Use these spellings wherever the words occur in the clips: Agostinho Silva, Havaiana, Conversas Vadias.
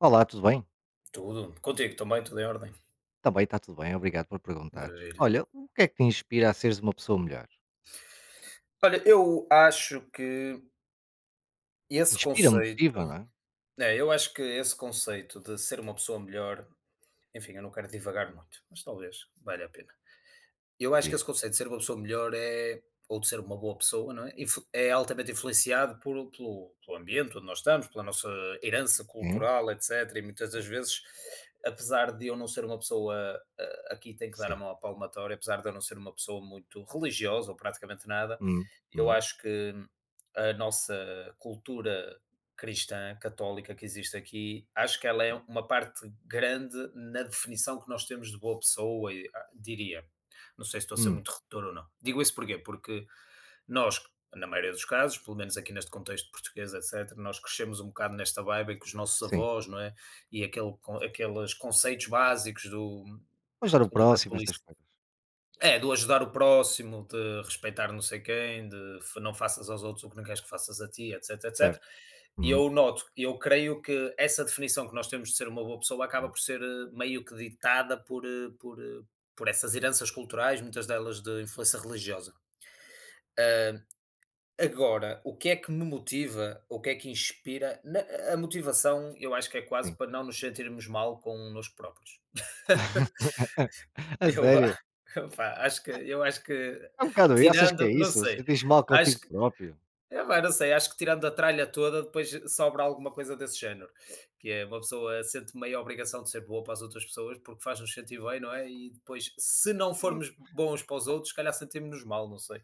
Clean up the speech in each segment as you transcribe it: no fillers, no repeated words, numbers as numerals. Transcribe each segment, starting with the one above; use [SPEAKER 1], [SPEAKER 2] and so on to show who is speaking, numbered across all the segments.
[SPEAKER 1] Olá, tudo bem?
[SPEAKER 2] Tudo. Contigo também, tudo em ordem.
[SPEAKER 1] Também está tudo bem, obrigado por perguntares.
[SPEAKER 2] Maravilha.
[SPEAKER 1] Olha, o que é que te inspira a seres uma pessoa melhor?
[SPEAKER 2] Olha, eu acho que esse
[SPEAKER 1] Inspira,
[SPEAKER 2] conceito,
[SPEAKER 1] motiva, não é?
[SPEAKER 2] esse conceito de ser uma pessoa melhor, enfim, eu não quero divagar muito, mas talvez valha a pena. Eu acho que
[SPEAKER 1] Diz.
[SPEAKER 2] esse conceito de ser uma pessoa melhor é ou de ser uma boa pessoa, não é? É altamente influenciado pelo ambiente onde nós estamos, pela nossa herança
[SPEAKER 1] Sim,
[SPEAKER 2] cultural, etc. E muitas
[SPEAKER 1] sim,
[SPEAKER 2] das vezes, apesar de eu não ser uma pessoa, aqui tem que dar a
[SPEAKER 1] sim.
[SPEAKER 2] mão à palmatória, apesar de eu não ser uma pessoa muito religiosa ou praticamente nada,
[SPEAKER 1] Hum,
[SPEAKER 2] eu
[SPEAKER 1] hum,
[SPEAKER 2] acho que a nossa cultura cristã, católica que existe aqui, acho que ela é uma parte grande na definição que nós temos de boa pessoa, e, diria. Não sei se estou a ser
[SPEAKER 1] hum,
[SPEAKER 2] muito redutor ou não. Digo isso porquê? Porque nós, na maioria dos casos, pelo menos aqui neste contexto português, etc., nós crescemos um bocado nesta vibe em que os nossos
[SPEAKER 1] sim.
[SPEAKER 2] avós, não é? E aquele, aqueles conceitos básicos do,
[SPEAKER 1] Ajudar o
[SPEAKER 2] do
[SPEAKER 1] próximo, essas
[SPEAKER 2] catolicismo
[SPEAKER 1] coisas,
[SPEAKER 2] do ajudar o próximo, de respeitar não sei quem, de não faças aos outros o que não queres que faças a ti, etc, etc.
[SPEAKER 1] certo?
[SPEAKER 2] E
[SPEAKER 1] Hum,
[SPEAKER 2] eu noto, eu creio que essa definição que nós temos de ser uma boa pessoa acaba
[SPEAKER 1] sim,
[SPEAKER 2] por ser meio que ditada por essas heranças culturais, muitas delas de influência religiosa. Ah, agora, o que é que me motiva, o que é que inspira? A motivação, eu acho que é quase
[SPEAKER 1] sim.
[SPEAKER 2] para não nos sentirmos mal com nós próprios.
[SPEAKER 1] A
[SPEAKER 2] Eu
[SPEAKER 1] sério?
[SPEAKER 2] a opá, acho que
[SPEAKER 1] É um bocado isso, achas que
[SPEAKER 2] tirando
[SPEAKER 1] é
[SPEAKER 2] não
[SPEAKER 1] isso?
[SPEAKER 2] sei,
[SPEAKER 1] Você diz mal
[SPEAKER 2] acho
[SPEAKER 1] contigo
[SPEAKER 2] que
[SPEAKER 1] próprio?
[SPEAKER 2] epá, não sei, acho que tirando a tralha toda, depois sobra alguma coisa desse género, que é uma pessoa sente meio a obrigação de ser boa para as outras pessoas, porque faz-nos sentir bem, não é? E depois, se não
[SPEAKER 1] Hum,
[SPEAKER 2] formos bons para os outros, se calhar sentimos-nos mal, não sei.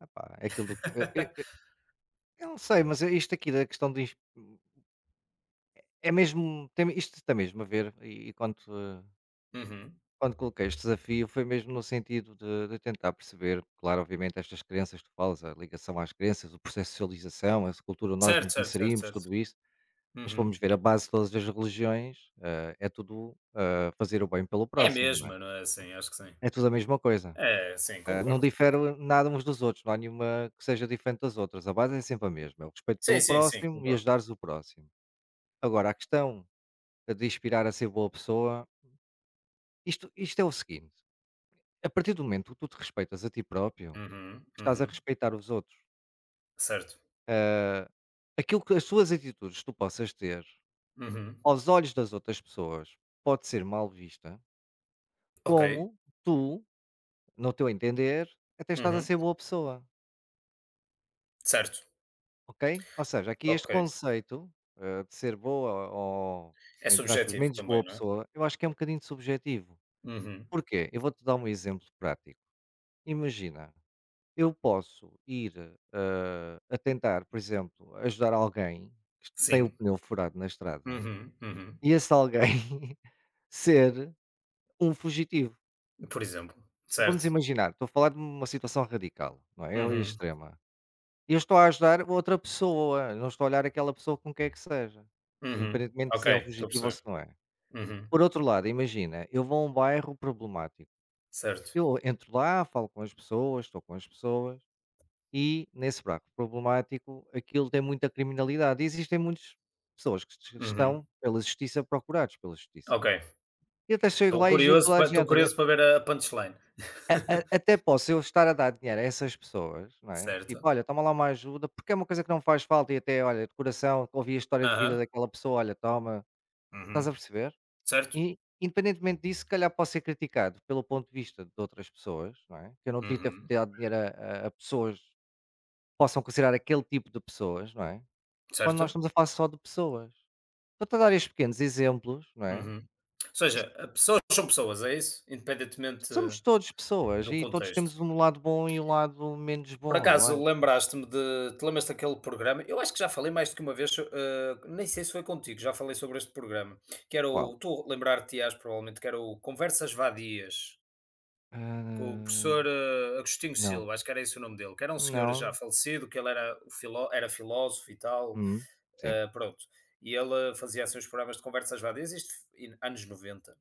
[SPEAKER 1] Epá, é aquilo do que... Eu, eu- eu- eu não sei, mas isto aqui da questão de... É mesmo... Tem, isto tem mesmo a ver, e quanto...
[SPEAKER 2] Uhum.
[SPEAKER 1] Quando coloquei este desafio foi mesmo no sentido de tentar perceber, claro, obviamente estas crenças que tu falas, a ligação às crenças, o processo de socialização, essa cultura, nós
[SPEAKER 2] Certo,
[SPEAKER 1] nos
[SPEAKER 2] certo, certo,
[SPEAKER 1] inserimos,
[SPEAKER 2] certo.
[SPEAKER 1] tudo isso, mas
[SPEAKER 2] Uhum.
[SPEAKER 1] fomos ver a base de todas as religiões, é tudo, fazer o bem pelo
[SPEAKER 2] É
[SPEAKER 1] próximo, não é?
[SPEAKER 2] mesmo não é? Sim, acho que sim.
[SPEAKER 1] É tudo a mesma coisa,
[SPEAKER 2] É, sim,
[SPEAKER 1] não
[SPEAKER 2] concordo.
[SPEAKER 1] difere nada uns dos outros, não há nenhuma que seja diferente das outras, a base é sempre a mesma, é o respeito
[SPEAKER 2] Sim,
[SPEAKER 1] pelo
[SPEAKER 2] sim, sim,
[SPEAKER 1] próximo e
[SPEAKER 2] concordo.
[SPEAKER 1] ajudares o próximo. Agora, a questão de inspirar a ser boa pessoa, isto é o seguinte. A partir do momento que tu te respeitas a ti próprio,
[SPEAKER 2] Uhum,
[SPEAKER 1] estás a
[SPEAKER 2] uhum.
[SPEAKER 1] respeitar os outros.
[SPEAKER 2] Certo.
[SPEAKER 1] eh, Aquilo que as suas atitudes tu possas ter
[SPEAKER 2] Uhum.
[SPEAKER 1] aos olhos das outras pessoas pode ser mal vista,
[SPEAKER 2] Ok.
[SPEAKER 1] como tu, no teu entender, até estás a
[SPEAKER 2] Uhum.
[SPEAKER 1] ser boa pessoa,
[SPEAKER 2] Certo,
[SPEAKER 1] ok? Ou seja, aqui este
[SPEAKER 2] ok.
[SPEAKER 1] conceito de ser boa ou,
[SPEAKER 2] É
[SPEAKER 1] entre aspas,
[SPEAKER 2] subjetivo
[SPEAKER 1] menos
[SPEAKER 2] também,
[SPEAKER 1] boa
[SPEAKER 2] não é?
[SPEAKER 1] pessoa, eu acho que é um bocadinho subjetivo.
[SPEAKER 2] Uhum.
[SPEAKER 1] Porquê? Eu vou-te dar um exemplo prático. Imagina, eu posso ir, a tentar, por exemplo, ajudar alguém que tem o
[SPEAKER 2] Sim.
[SPEAKER 1] pneu furado na estrada
[SPEAKER 2] Uhum, uhum.
[SPEAKER 1] e esse alguém ser um fugitivo.
[SPEAKER 2] Por exemplo.
[SPEAKER 1] Vamos
[SPEAKER 2] Certo.
[SPEAKER 1] imaginar, estou a falar de uma situação radical, não é, eu
[SPEAKER 2] Uhum,
[SPEAKER 1] extrema. Eu estou a ajudar outra pessoa, não estou a olhar aquela pessoa com quem é que seja,
[SPEAKER 2] uhum.
[SPEAKER 1] independentemente de
[SPEAKER 2] Ok,
[SPEAKER 1] se é um
[SPEAKER 2] estou a
[SPEAKER 1] fugitivo ou se
[SPEAKER 2] perceber.
[SPEAKER 1] não é.
[SPEAKER 2] Uhum.
[SPEAKER 1] Por outro lado, imagina, eu vou a um bairro problemático,
[SPEAKER 2] Certo.
[SPEAKER 1] eu entro lá, falo com as pessoas, estou com as pessoas. E nesse buraco problemático, aquilo tem muita criminalidade e existem muitas pessoas que es
[SPEAKER 2] Uhum.
[SPEAKER 1] estão pela justiça, procurados pela justiça.
[SPEAKER 2] Ok.
[SPEAKER 1] E até chego lá e ajudo toda a
[SPEAKER 2] Estou
[SPEAKER 1] gente,
[SPEAKER 2] curioso para ver a punchline.
[SPEAKER 1] a até posso eu estar a dar dinheiro a essas pessoas, não é,
[SPEAKER 2] Certo.
[SPEAKER 1] tipo: "Olha, toma lá uma ajuda", porque é uma coisa que não faz falta e até, olha, de coração, ouvi a história de vida
[SPEAKER 2] Aham.
[SPEAKER 1] daquela pessoa, olha, toma, estás
[SPEAKER 2] Uhum.
[SPEAKER 1] a perceber?
[SPEAKER 2] Certo.
[SPEAKER 1] E independentemente disso, se calhar posso ser criticado pelo ponto de vista de outras pessoas, não é, que eu não devia ter
[SPEAKER 2] Uhum.
[SPEAKER 1] dado dinheiro a pessoas que possam considerar aquele tipo de pessoas, não é? Quando nós
[SPEAKER 2] Certo.
[SPEAKER 1] estamos a falar só de pessoas. Estou-te a dar estes pequenos exemplos, não é?
[SPEAKER 2] Uhum. Ou
[SPEAKER 1] Que
[SPEAKER 2] seja,
[SPEAKER 1] isto
[SPEAKER 2] a pessoas são pessoas, é isso? Independentemente
[SPEAKER 1] somos todos pessoas
[SPEAKER 2] do
[SPEAKER 1] e todos
[SPEAKER 2] contexto.
[SPEAKER 1] temos um lado bom e um lado menos
[SPEAKER 2] Por
[SPEAKER 1] bom, eu
[SPEAKER 2] acaso
[SPEAKER 1] acho.
[SPEAKER 2] lembraste-me de te lembras daquele programa? Eu acho que já falei mais do que uma vez, nem sei se foi contigo, já falei sobre este programa, que era
[SPEAKER 1] Qual?
[SPEAKER 2] o tu lembrar-te-ás provavelmente, que era o Conversas Vadias, com o
[SPEAKER 1] Ah,
[SPEAKER 2] professor, Agostinho
[SPEAKER 1] não.
[SPEAKER 2] Silva, acho que era esse o nome dele, que era um senhor já
[SPEAKER 1] Não.
[SPEAKER 2] falecido, que ele era o filó era filósofo e tal,
[SPEAKER 1] Hum, sim,
[SPEAKER 2] pronto. E ele fazia assim uns programas de conversas vadias, isto em anos 90.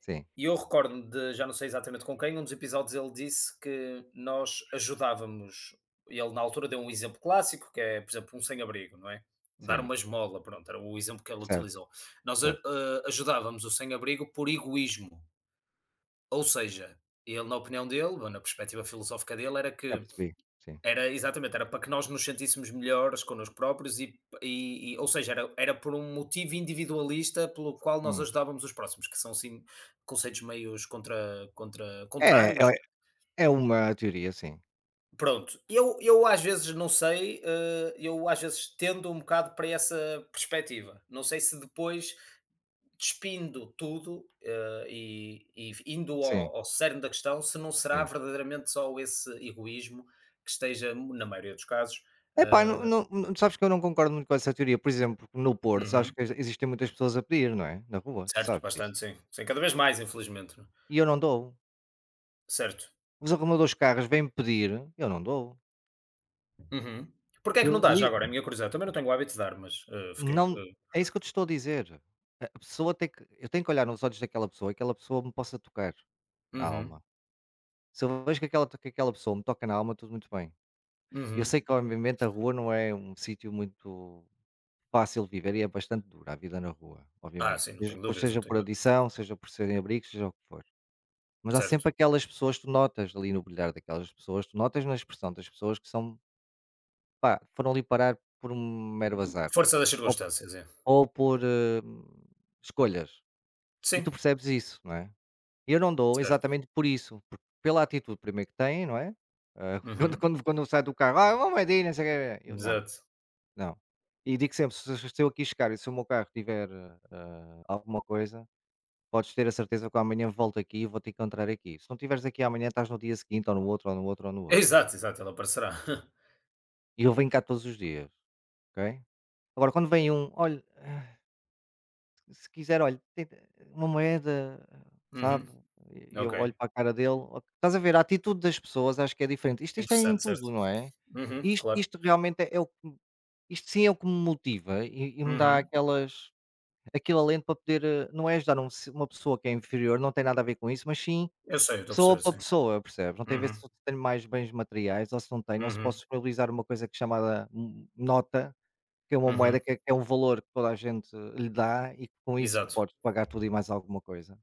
[SPEAKER 1] sim,
[SPEAKER 2] E eu recordo-me de, já não sei exatamente com quem, um dos episódios ele disse que nós ajudávamos. Ele, na altura, deu um exemplo clássico, que é, por exemplo, um sem-abrigo, não é? Dar
[SPEAKER 1] sim.
[SPEAKER 2] uma esmola, pronto, era o exemplo que ele
[SPEAKER 1] Certo,
[SPEAKER 2] utilizou. Nós
[SPEAKER 1] certo.
[SPEAKER 2] ajudávamos o sem-abrigo por egoísmo. Ou seja, ele, na opinião dele, ou na perspectiva filosófica dele, era
[SPEAKER 1] Já
[SPEAKER 2] que
[SPEAKER 1] percebi, sim.
[SPEAKER 2] era exatamente, era para que nós nos sentíssemos melhores connosco próprios e ou seja, era era por um motivo individualista pelo qual nós
[SPEAKER 1] Hum.
[SPEAKER 2] ajudávamos os próximos, que são sim conceitos meios contra contra
[SPEAKER 1] É,
[SPEAKER 2] contrários.
[SPEAKER 1] é é uma teoria, sim.
[SPEAKER 2] Pronto, eu às vezes não sei, eu às vezes tendo um bocado para essa perspectiva. Não sei se depois despindo tudo, e indo
[SPEAKER 1] Sim,
[SPEAKER 2] ao cerne da questão, se não será
[SPEAKER 1] sim.
[SPEAKER 2] verdadeiramente só esse egoísmo que esteja, na maioria dos casos,
[SPEAKER 1] Epá,
[SPEAKER 2] eh,
[SPEAKER 1] não sabes que eu não concordo muito com essa teoria. Por exemplo, no Porto, sabes
[SPEAKER 2] Uhum.
[SPEAKER 1] que existem muitas pessoas a pedir, não é? Na rua, tu
[SPEAKER 2] Certo,
[SPEAKER 1] sabes disso.
[SPEAKER 2] bastante, sim. Sim, cada vez mais, infelizmente, né.
[SPEAKER 1] E eu não dou.
[SPEAKER 2] Certo.
[SPEAKER 1] Os arrumadores de carros vêm-me pedir, eu não dou.
[SPEAKER 2] Uhum. Porquê é que não
[SPEAKER 1] Eu
[SPEAKER 2] dá já
[SPEAKER 1] deli
[SPEAKER 2] agora? É a minha curiosidade. Também não tenho o hábito de dar, mas, fiquei,
[SPEAKER 1] não é isso que eu te estou a dizer. A pessoa tem que, eu tenho que olhar nos olhos daquela pessoa e que aquela pessoa me possa tocar na
[SPEAKER 2] Uhum,
[SPEAKER 1] alma. Se eu vejo que aquela pessoa me toca na alma, tudo muito bem. Eu
[SPEAKER 2] uhum.
[SPEAKER 1] sei que, obviamente, a rua não é um sítio muito fácil de viver e é bastante dura a vida na rua,
[SPEAKER 2] Ah,
[SPEAKER 1] obviamente.
[SPEAKER 2] sim, não
[SPEAKER 1] Seja
[SPEAKER 2] tenho
[SPEAKER 1] por
[SPEAKER 2] dúvidas, não
[SPEAKER 1] seja por
[SPEAKER 2] tenho dú
[SPEAKER 1] adição, seja por serem abrigos, seja o que for. Mas há
[SPEAKER 2] Certo.
[SPEAKER 1] sempre aquelas pessoas, tu notas ali no brilhar daquelas pessoas, tu notas na expressão das pessoas que são... Pá, foram ali parar por um mero azar,
[SPEAKER 2] Força das
[SPEAKER 1] ou
[SPEAKER 2] circunstâncias, é.
[SPEAKER 1] por, escolhas, e tu
[SPEAKER 2] Sim,
[SPEAKER 1] percebes isso, não é? E eu não dou
[SPEAKER 2] certo.
[SPEAKER 1] exatamente por isso, porque pela atitude primeiro que têm, não é? Ah, quando
[SPEAKER 2] Uhum.
[SPEAKER 1] quando quando sai do carro: "Ah, vamos medir não sei o quê", eu: "Não,
[SPEAKER 2] Exato.
[SPEAKER 1] não". E digo sempre: "Se eu aqui chegar e se o meu carro tiver, alguma coisa, podes ter a certeza que eu amanhã volto aqui e vou-te encontrar aqui. Se não estiveres aqui amanhã, estás no dia seguinte ou no outro, ou no outro, ou no outro.
[SPEAKER 2] Exato, exato, ela aparecerá.
[SPEAKER 1] E eu venho cá todos os dias, ok? Agora quando vem um: "Olha. Se quiser, olha, tenta uma moeda, sabe",
[SPEAKER 2] Uhum.
[SPEAKER 1] e
[SPEAKER 2] Ok.
[SPEAKER 1] eu olho para a cara dele o estás a ver, a atitude das pessoas acho que é diferente. Isto é em
[SPEAKER 2] Interessante,
[SPEAKER 1] tudo,
[SPEAKER 2] certo.
[SPEAKER 1] não é?
[SPEAKER 2] Uhum,
[SPEAKER 1] Isto
[SPEAKER 2] claro.
[SPEAKER 1] isto realmente é é o que me isto sim é o que me motiva e me dá
[SPEAKER 2] Uhum.
[SPEAKER 1] aquelas aquele alento para poder, não é ajudar um se uma pessoa que é inferior, não tem nada a ver com isso, mas sim
[SPEAKER 2] Eu sei, eu estou a
[SPEAKER 1] pessoa
[SPEAKER 2] perceber,
[SPEAKER 1] para
[SPEAKER 2] sim.
[SPEAKER 1] pessoa, percebes? Não tem a ver
[SPEAKER 2] Uhum,
[SPEAKER 1] se eu tenho mais bens materiais ou se não tenho, ou se
[SPEAKER 2] uhum,
[SPEAKER 1] posso disponibilizar uma coisa que é chamada n nota, que é uma
[SPEAKER 2] uhum.
[SPEAKER 1] moeda que é um valor que toda a gente lhe dá e que com isso tu
[SPEAKER 2] Exato.
[SPEAKER 1] podes pagar tudo e mais alguma coisa.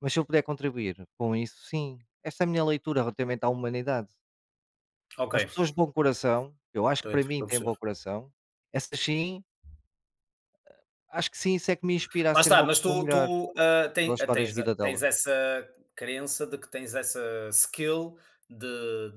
[SPEAKER 1] Mas se eu puder contribuir com isso, sim. Esta é a minha leitura relativamente à humanidade.
[SPEAKER 2] Ok,
[SPEAKER 1] As pessoas de bom coração, eu acho que
[SPEAKER 2] estou
[SPEAKER 1] para
[SPEAKER 2] a
[SPEAKER 1] mim têm
[SPEAKER 2] perceber.
[SPEAKER 1] bom coração, essas sim, acho que sim, isso é que me inspira a
[SPEAKER 2] Lá
[SPEAKER 1] ser
[SPEAKER 2] está,
[SPEAKER 1] uma
[SPEAKER 2] mas
[SPEAKER 1] pessoa
[SPEAKER 2] tu
[SPEAKER 1] melhor,
[SPEAKER 2] tu, ah, ten
[SPEAKER 1] pelas histórias de
[SPEAKER 2] tens ah,
[SPEAKER 1] vida
[SPEAKER 2] tens
[SPEAKER 1] dela.
[SPEAKER 2] essa crença de que tens essa skill de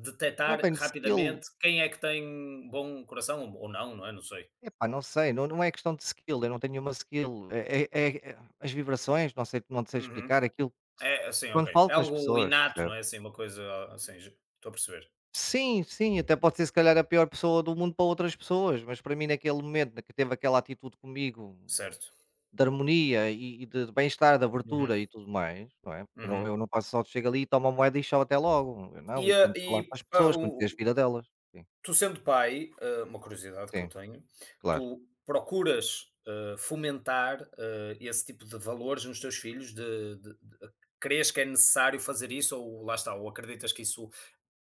[SPEAKER 1] Não
[SPEAKER 2] detectar
[SPEAKER 1] tenho skill,
[SPEAKER 2] rapidamente quem é que tem bom coração ou não, não é, não sei.
[SPEAKER 1] epá, não sei, não, não é questão de skill, eu não tenho nenhuma skill. É as vibrações, não sei, não te sei
[SPEAKER 2] Uhum.
[SPEAKER 1] explicar aquilo
[SPEAKER 2] É, assim
[SPEAKER 1] quando
[SPEAKER 2] ok.
[SPEAKER 1] falo
[SPEAKER 2] É
[SPEAKER 1] com as
[SPEAKER 2] algo
[SPEAKER 1] pessoas.
[SPEAKER 2] inato, não é, assim, uma coisa assim, estou a perceber,
[SPEAKER 1] Sim, sim, até pode ser se calhar a pior pessoa do mundo para outras pessoas, mas para mim naquele momento na que teve aquela atitude comigo
[SPEAKER 2] certo.
[SPEAKER 1] de harmonia e de bem-estar, de
[SPEAKER 2] Uhum,
[SPEAKER 1] abertura e tudo mais, não é? Eu não,
[SPEAKER 2] uhum.
[SPEAKER 1] eu não passo só de chego ali, tomo a moeda e chau até logo. Eu não,
[SPEAKER 2] E,
[SPEAKER 1] e tento falar com
[SPEAKER 2] e,
[SPEAKER 1] as pessoas,
[SPEAKER 2] o
[SPEAKER 1] conhecer as vidas delas. Sim,
[SPEAKER 2] Tu sendo pai, uma curiosidade que eu
[SPEAKER 1] sim,
[SPEAKER 2] tenho,
[SPEAKER 1] claro.
[SPEAKER 2] tu procuras, fomentar, esse tipo de valores nos teus filhos de crês que é necessário fazer isso ou lá está, ou acreditas que isso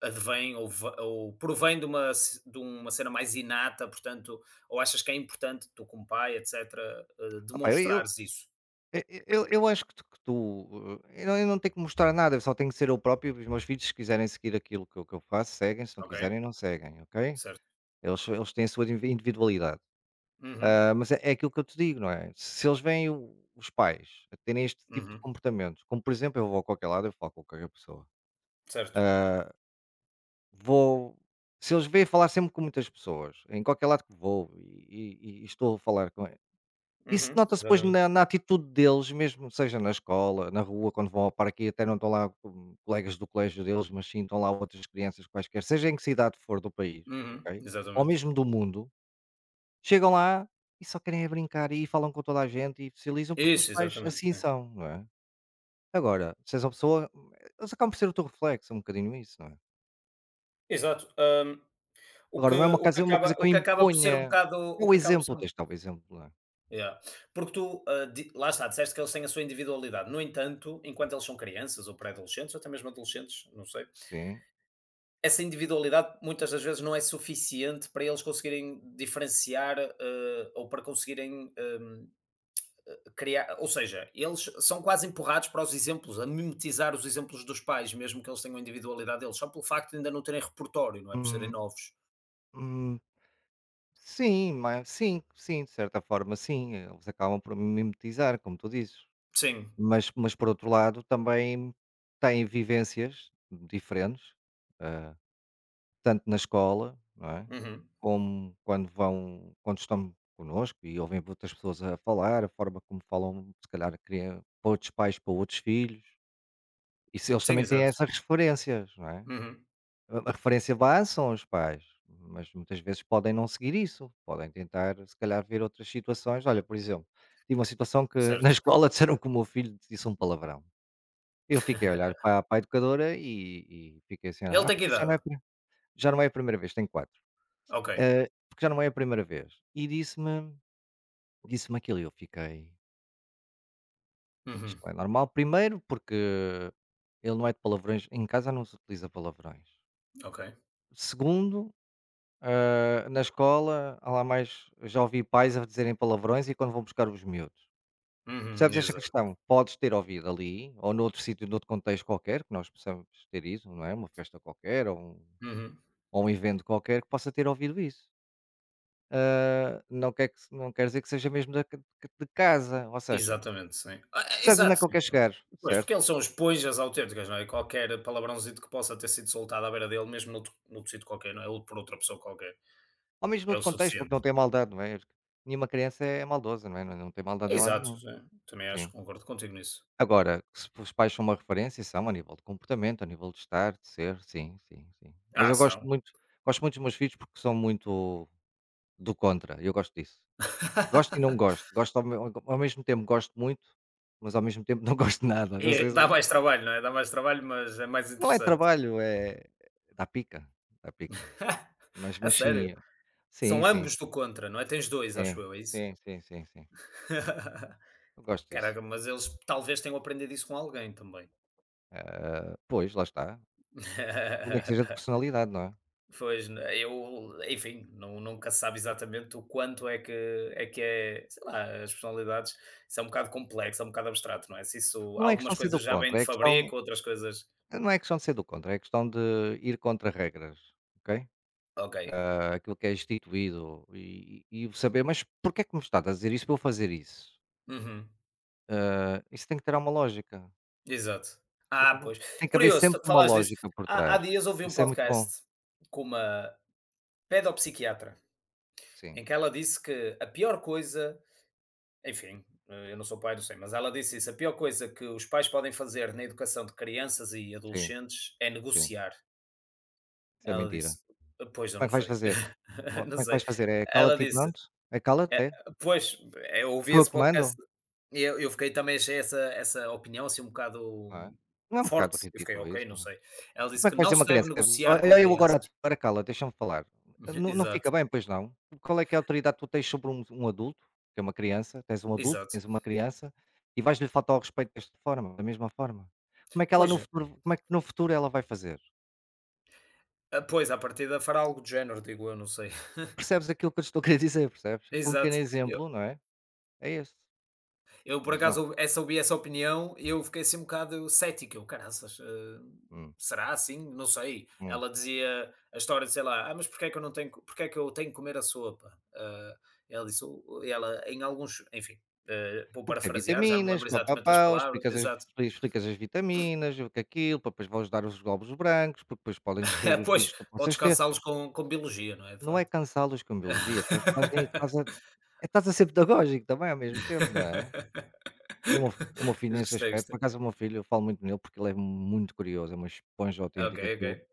[SPEAKER 2] advém ou va ou provém de uma ce de uma cena mais inata, portanto, ou achas que é importante tu como pai, etcétera,
[SPEAKER 1] Opá, eu, eu,
[SPEAKER 2] demonstrares isso?
[SPEAKER 1] eu, eu eu acho que tu, não, eu não tenho que mostrar nada, eu só tenho que ser eu próprio. E os meus filhos, se quiserem seguir aquilo que eu faço, seguem, se não
[SPEAKER 2] Ok,
[SPEAKER 1] quiserem, não seguem, ok?
[SPEAKER 2] certo.
[SPEAKER 1] Eles têm a sua individualidade.
[SPEAKER 2] Uhum,
[SPEAKER 1] Ah, mas é, aquilo que eu te digo, não é? Se eles veem os pais a terem este tipo de
[SPEAKER 2] uhum,
[SPEAKER 1] comportamentos, como por exemplo, eu vou a qualquer lado, eu falo com qualquer pessoa.
[SPEAKER 2] certo.
[SPEAKER 1] Ah, vou. Se eles veem falar sempre com muitas pessoas, em qualquer lado que vou e, e estou a falar com eles. Isso
[SPEAKER 2] Uhum,
[SPEAKER 1] nota-se depois na,
[SPEAKER 2] exatamente.
[SPEAKER 1] na atitude deles, mesmo seja na escola, na rua, quando vão ao parque, e até não estão lá colegas do colégio deles, mas sim estão lá outras crianças quaisquer, seja em que cidade for do país,
[SPEAKER 2] Uhum,
[SPEAKER 1] ok? Ou
[SPEAKER 2] exatamente.
[SPEAKER 1] mesmo do mundo. Chegam lá e só querem é brincar e falam com toda a gente e socializam, porque os
[SPEAKER 2] Isso,
[SPEAKER 1] pais
[SPEAKER 2] exatamente,
[SPEAKER 1] assim
[SPEAKER 2] sim.
[SPEAKER 1] são, não é? Agora, se és uma pessoa, eles acabam por ser o teu reflexo, é um bocadinho isso, não é?
[SPEAKER 2] Exato, Hum,
[SPEAKER 1] Agora, não é uma casa é uma coisa que
[SPEAKER 2] o
[SPEAKER 1] eu
[SPEAKER 2] que acaba por ser um
[SPEAKER 1] imponha,
[SPEAKER 2] bocado
[SPEAKER 1] é
[SPEAKER 2] o
[SPEAKER 1] o
[SPEAKER 2] que acaba por ser
[SPEAKER 1] exemplo,
[SPEAKER 2] um
[SPEAKER 1] tens de dar o exemplo, não é?
[SPEAKER 2] yeah, porque tu, di lá está, disseste que eles têm a sua individualidade. No entanto, enquanto eles são crianças ou pré-adolescentes ou até mesmo adolescentes, não sei,
[SPEAKER 1] Sim.
[SPEAKER 2] essa individualidade muitas das vezes não é suficiente para eles conseguirem diferenciar, ou para conseguirem, criar ou seja, eles são quase empurrados para os exemplos, a mimetizar os exemplos dos pais, mesmo que eles tenham a individualidade deles, só pelo facto de ainda não terem repertório, não é, por serem
[SPEAKER 1] Hum,
[SPEAKER 2] novos.
[SPEAKER 1] hum, sim, mas sim, sim, de certa forma sim, eles acabam por mimetizar, como tu dizes.
[SPEAKER 2] Sim,
[SPEAKER 1] Mas por outro lado também têm vivências diferentes, ah, tanto na escola, não é,
[SPEAKER 2] uhum.
[SPEAKER 1] como quando estão connosco e ouvem outras pessoas a falar, a forma como falam, se calhar cria para outros pais, para outros filhos, e se eles
[SPEAKER 2] Sim,
[SPEAKER 1] também têm
[SPEAKER 2] exato.
[SPEAKER 1] essas referências, não é.
[SPEAKER 2] Uhum.
[SPEAKER 1] A referência base são os pais, mas muitas vezes podem não seguir isso, podem tentar se calhar ver outras situações. Olha, por exemplo, tive uma situação que na
[SPEAKER 2] Certo.
[SPEAKER 1] escola disseram que o meu filho disse um palavrão. Eu fiquei a olhar para a educadora e fiquei assim:
[SPEAKER 2] Ele
[SPEAKER 1] "Ah,
[SPEAKER 2] tem que
[SPEAKER 1] porque isto
[SPEAKER 2] idade?
[SPEAKER 1] já não é a primeira vez, tem 4
[SPEAKER 2] Ok.
[SPEAKER 1] porque já não é a primeira vez". E disse-me aquilo e eu fiquei: "Isto
[SPEAKER 2] Uhum.
[SPEAKER 1] não é normal". Primeiro, porque ele não é de palavrões, em casa não se utiliza palavrões.
[SPEAKER 2] Ok.
[SPEAKER 1] Segundo, na escola, há lá mais, já ouvi pais a dizerem palavrões e quando vão buscar os miúdos.
[SPEAKER 2] Uhum.
[SPEAKER 1] Percebes esta
[SPEAKER 2] Exato.
[SPEAKER 1] questão? Podes ter ouvido ali ou noutro sítio, noutro contexto qualquer, que nós possamos ter isso, não é, uma festa qualquer ou um
[SPEAKER 2] Uhum.
[SPEAKER 1] ou um evento qualquer que possa ter ouvido isso. Não quer dizer que seja mesmo da ca de casa, ou seja,
[SPEAKER 2] Exatamente, sim. Ah,
[SPEAKER 1] percebes onde é
[SPEAKER 2] exato.
[SPEAKER 1] que ele
[SPEAKER 2] Sim.
[SPEAKER 1] quer chegar,
[SPEAKER 2] Pois, porque
[SPEAKER 1] certo?
[SPEAKER 2] eles são esponjas autênticas, não é? Qualquer palavrãozinho que possa ter sido soltado à beira dele, mesmo noutro, noutro sítio qualquer, não é? Ou por outra pessoa qualquer,
[SPEAKER 1] Ou mesmo
[SPEAKER 2] é
[SPEAKER 1] noutro
[SPEAKER 2] o
[SPEAKER 1] contexto, porque
[SPEAKER 2] suficiente.
[SPEAKER 1] não tem maldade, não é? Nenhuma criança é maldosa, não é? Não tem maldade em lado
[SPEAKER 2] Exato,
[SPEAKER 1] nenhum.
[SPEAKER 2] sim. Também acho,
[SPEAKER 1] Sim.
[SPEAKER 2] concordo contigo nisso.
[SPEAKER 1] Agora, se os pais são uma referência, são a nível de comportamento, a nível de estar, de ser, sim, sim, sim. Mas
[SPEAKER 2] Ah,
[SPEAKER 1] eu gosto
[SPEAKER 2] são.
[SPEAKER 1] muito gosto muito dos meus filhos porque são muito do contra, eu gosto disso. Gosto e não gosto, gosto ao mesmo tempo gosto muito, mas ao mesmo tempo não gosto de nada, não sei
[SPEAKER 2] E
[SPEAKER 1] se.
[SPEAKER 2] dá mais trabalho, não é? Dá mais trabalho, mas é mais
[SPEAKER 1] Não é
[SPEAKER 2] interessante.
[SPEAKER 1] trabalho, é dá pica, dá pica. Mas
[SPEAKER 2] A
[SPEAKER 1] mas sim,
[SPEAKER 2] sério?
[SPEAKER 1] sim,
[SPEAKER 2] São
[SPEAKER 1] sim,
[SPEAKER 2] ambos do contra, não é? Tens 2
[SPEAKER 1] sim,
[SPEAKER 2] acho eu, é isso?
[SPEAKER 1] sim, sim, sim, sim. Eu gosto disso.
[SPEAKER 2] Caraca, mas eles talvez tenham aprendido isso com alguém também.
[SPEAKER 1] Ah, pois, lá está. Nem que seja de personalidade, não é?
[SPEAKER 2] Pois, né, eu enfim, não nunca se sabe exatamente o quanto é que é, sei lá, as personalidades isso é um bocado complexo, é um bocado abstrato, não é? Se isso
[SPEAKER 1] Não é questão
[SPEAKER 2] algumas
[SPEAKER 1] de ser do
[SPEAKER 2] coisas já vêm
[SPEAKER 1] contra,
[SPEAKER 2] de
[SPEAKER 1] é questão
[SPEAKER 2] fabrico, outras coisas
[SPEAKER 1] não é questão de ser do contra, é questão de ir contra regras, ok?
[SPEAKER 2] ok.
[SPEAKER 1] Aquilo que é instituído e saber: "Mas porquê é que me estás a dizer isso para eu fazer isso?".
[SPEAKER 2] Uhum.
[SPEAKER 1] Isso tem que ter uma lógica.
[SPEAKER 2] Exato. Ah,
[SPEAKER 1] Então
[SPEAKER 2] pois.
[SPEAKER 1] tem que haver
[SPEAKER 2] Curioso,
[SPEAKER 1] sempre
[SPEAKER 2] tu
[SPEAKER 1] uma
[SPEAKER 2] falares disso.
[SPEAKER 1] lógica por
[SPEAKER 2] Há
[SPEAKER 1] trás.
[SPEAKER 2] dias ouvi um
[SPEAKER 1] Isso é muito bom.
[SPEAKER 2] podcast com uma pedopsiquiatra,
[SPEAKER 1] Sim,
[SPEAKER 2] em que ela disse que a pior coisa Enfim, eu não sou pai, não sei, mas ela disse isso: a pior coisa que os pais podem fazer na educação de crianças e
[SPEAKER 1] sim,
[SPEAKER 2] adolescentes é
[SPEAKER 1] sim.
[SPEAKER 2] negociar.
[SPEAKER 1] Isso é
[SPEAKER 2] Ela
[SPEAKER 1] mentira.
[SPEAKER 2] disse: Pois, eu
[SPEAKER 1] Como é
[SPEAKER 2] não
[SPEAKER 1] que vais
[SPEAKER 2] sei.
[SPEAKER 1] fazer? Ó,
[SPEAKER 2] Não
[SPEAKER 1] como é que
[SPEAKER 2] sei.
[SPEAKER 1] vais fazer? É
[SPEAKER 2] Ela
[SPEAKER 1] cala-te e
[SPEAKER 2] disse:
[SPEAKER 1] pronto? É cala-te,
[SPEAKER 2] "É,
[SPEAKER 1] é?
[SPEAKER 2] Pois, eu ouvi
[SPEAKER 1] Sou eu
[SPEAKER 2] esse
[SPEAKER 1] que
[SPEAKER 2] podcast
[SPEAKER 1] mando?
[SPEAKER 2] e eu fiquei também, achei essa, essa opinião assim um bocado
[SPEAKER 1] Não é? Não é um bocado
[SPEAKER 2] forte. Eu fiquei,
[SPEAKER 1] ridículo isso?
[SPEAKER 2] ok, não
[SPEAKER 1] Então
[SPEAKER 2] sei. Ela disse
[SPEAKER 1] como é
[SPEAKER 2] que
[SPEAKER 1] que vai
[SPEAKER 2] não
[SPEAKER 1] dizer
[SPEAKER 2] se
[SPEAKER 1] uma
[SPEAKER 2] deve
[SPEAKER 1] criança:
[SPEAKER 2] negociar com
[SPEAKER 1] "Olha eu agora a
[SPEAKER 2] crianças.
[SPEAKER 1] ti, agora cala deixa-me falar". Não
[SPEAKER 2] Exato,
[SPEAKER 1] fica bem, pois não? Qual é que é a autoridade que tu tens sobre um adulto, que é uma criança, tens um adulto,
[SPEAKER 2] exato.
[SPEAKER 1] tens uma criança, e vais-lhe faltar ao respeito desta forma, da mesma forma?
[SPEAKER 2] Pois,
[SPEAKER 1] Como é que no futuro ela vai fazer?
[SPEAKER 2] pois, à partida fará algo do género, digo eu, não sei.
[SPEAKER 1] Percebes aquilo que eu te estou a querer dizer, percebes? Foi um pequeno
[SPEAKER 2] Exato. Eu-
[SPEAKER 1] exemplo, não é? É esse,
[SPEAKER 2] Eu, por
[SPEAKER 1] mas não.
[SPEAKER 2] acaso, ou- essa ouvi essa opinião e eu fiquei assim um bocado cético. Eu, caraças,
[SPEAKER 1] Hum,
[SPEAKER 2] será assim? Não sei.
[SPEAKER 1] hum.
[SPEAKER 2] Ela dizia a história de, sei lá, mas porquê é que eu não tenho, porquê é que eu tenho que comer a sopa? Ah, ela disse, "O- o-" ela, em alguns, enfim, vou
[SPEAKER 1] Porque tem
[SPEAKER 2] parafrasear, já não me
[SPEAKER 1] vitaminas,
[SPEAKER 2] lembro
[SPEAKER 1] pá
[SPEAKER 2] exatamente das
[SPEAKER 1] pau
[SPEAKER 2] palavras, exato.
[SPEAKER 1] explicas as vitaminas, o que é aquilo, para depois vão dar os glóbulos brancos, porque depois podem destruir os vírus
[SPEAKER 2] pois,
[SPEAKER 1] que tu
[SPEAKER 2] podes
[SPEAKER 1] possas ter.
[SPEAKER 2] cansá-los com biologia, não é? De
[SPEAKER 1] Não é
[SPEAKER 2] facto.
[SPEAKER 1] cansá-los com biologia, estás estás nem estás a é estás a ser pedagógico também ao mesmo tempo, não é? E o meu filho
[SPEAKER 2] Mas
[SPEAKER 1] nesse
[SPEAKER 2] gostei,
[SPEAKER 1] aspecto, por
[SPEAKER 2] gostei.
[SPEAKER 1] acaso o meu filho, eu falo muito nele porque ele é muito curioso, é uma esponja
[SPEAKER 2] Ok,
[SPEAKER 1] autêntica aquilo.
[SPEAKER 2] ok.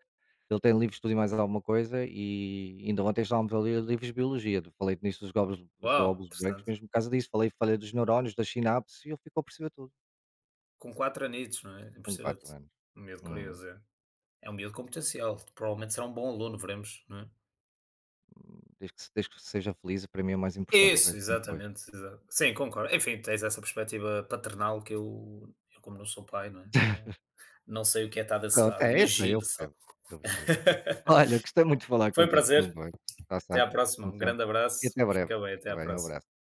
[SPEAKER 1] Ele tem livros de tudo e mais alguma coisa e ainda ontem estávamos a ler livros de biologia, falei nisso dos glóbulos
[SPEAKER 2] Uau,
[SPEAKER 1] glóbulos brancos
[SPEAKER 2] interessante.
[SPEAKER 1] mesmo por causa disso, falei dos neurónios, das sinapses e ele ficou a perceber tudo.
[SPEAKER 2] Com 4 anitos, não é?
[SPEAKER 1] Com 4
[SPEAKER 2] Impressionante.
[SPEAKER 1] anos.
[SPEAKER 2] Um miúdo
[SPEAKER 1] Hum,
[SPEAKER 2] curioso, é. É um miúdo com potencial. Provavelmente será um bom aluno, veremos, não é?
[SPEAKER 1] desde que se desde que seja feliz, para mim é o mais importante, o
[SPEAKER 2] Isso,
[SPEAKER 1] resto vem depois.
[SPEAKER 2] exatamente. Sim, concordo. Enfim, tens essa perspectiva paternal que eu como não sou pai, não é? Não, não sei o que é estar desse
[SPEAKER 1] Pronto,
[SPEAKER 2] lado.
[SPEAKER 1] é isso, eu
[SPEAKER 2] Imagino só.
[SPEAKER 1] percebo, eu percebo. Olha, gostei muito de falar
[SPEAKER 2] Foi um
[SPEAKER 1] contigo, foi um
[SPEAKER 2] prazer.
[SPEAKER 1] gosto, já
[SPEAKER 2] Até à
[SPEAKER 1] sabes,
[SPEAKER 2] próxima.
[SPEAKER 1] como
[SPEAKER 2] Um
[SPEAKER 1] sempre,
[SPEAKER 2] grande
[SPEAKER 1] e
[SPEAKER 2] abraço.
[SPEAKER 1] até breve.
[SPEAKER 2] Fica bem. Até
[SPEAKER 1] Fica
[SPEAKER 2] à
[SPEAKER 1] bem, um
[SPEAKER 2] próxima.
[SPEAKER 1] abraço.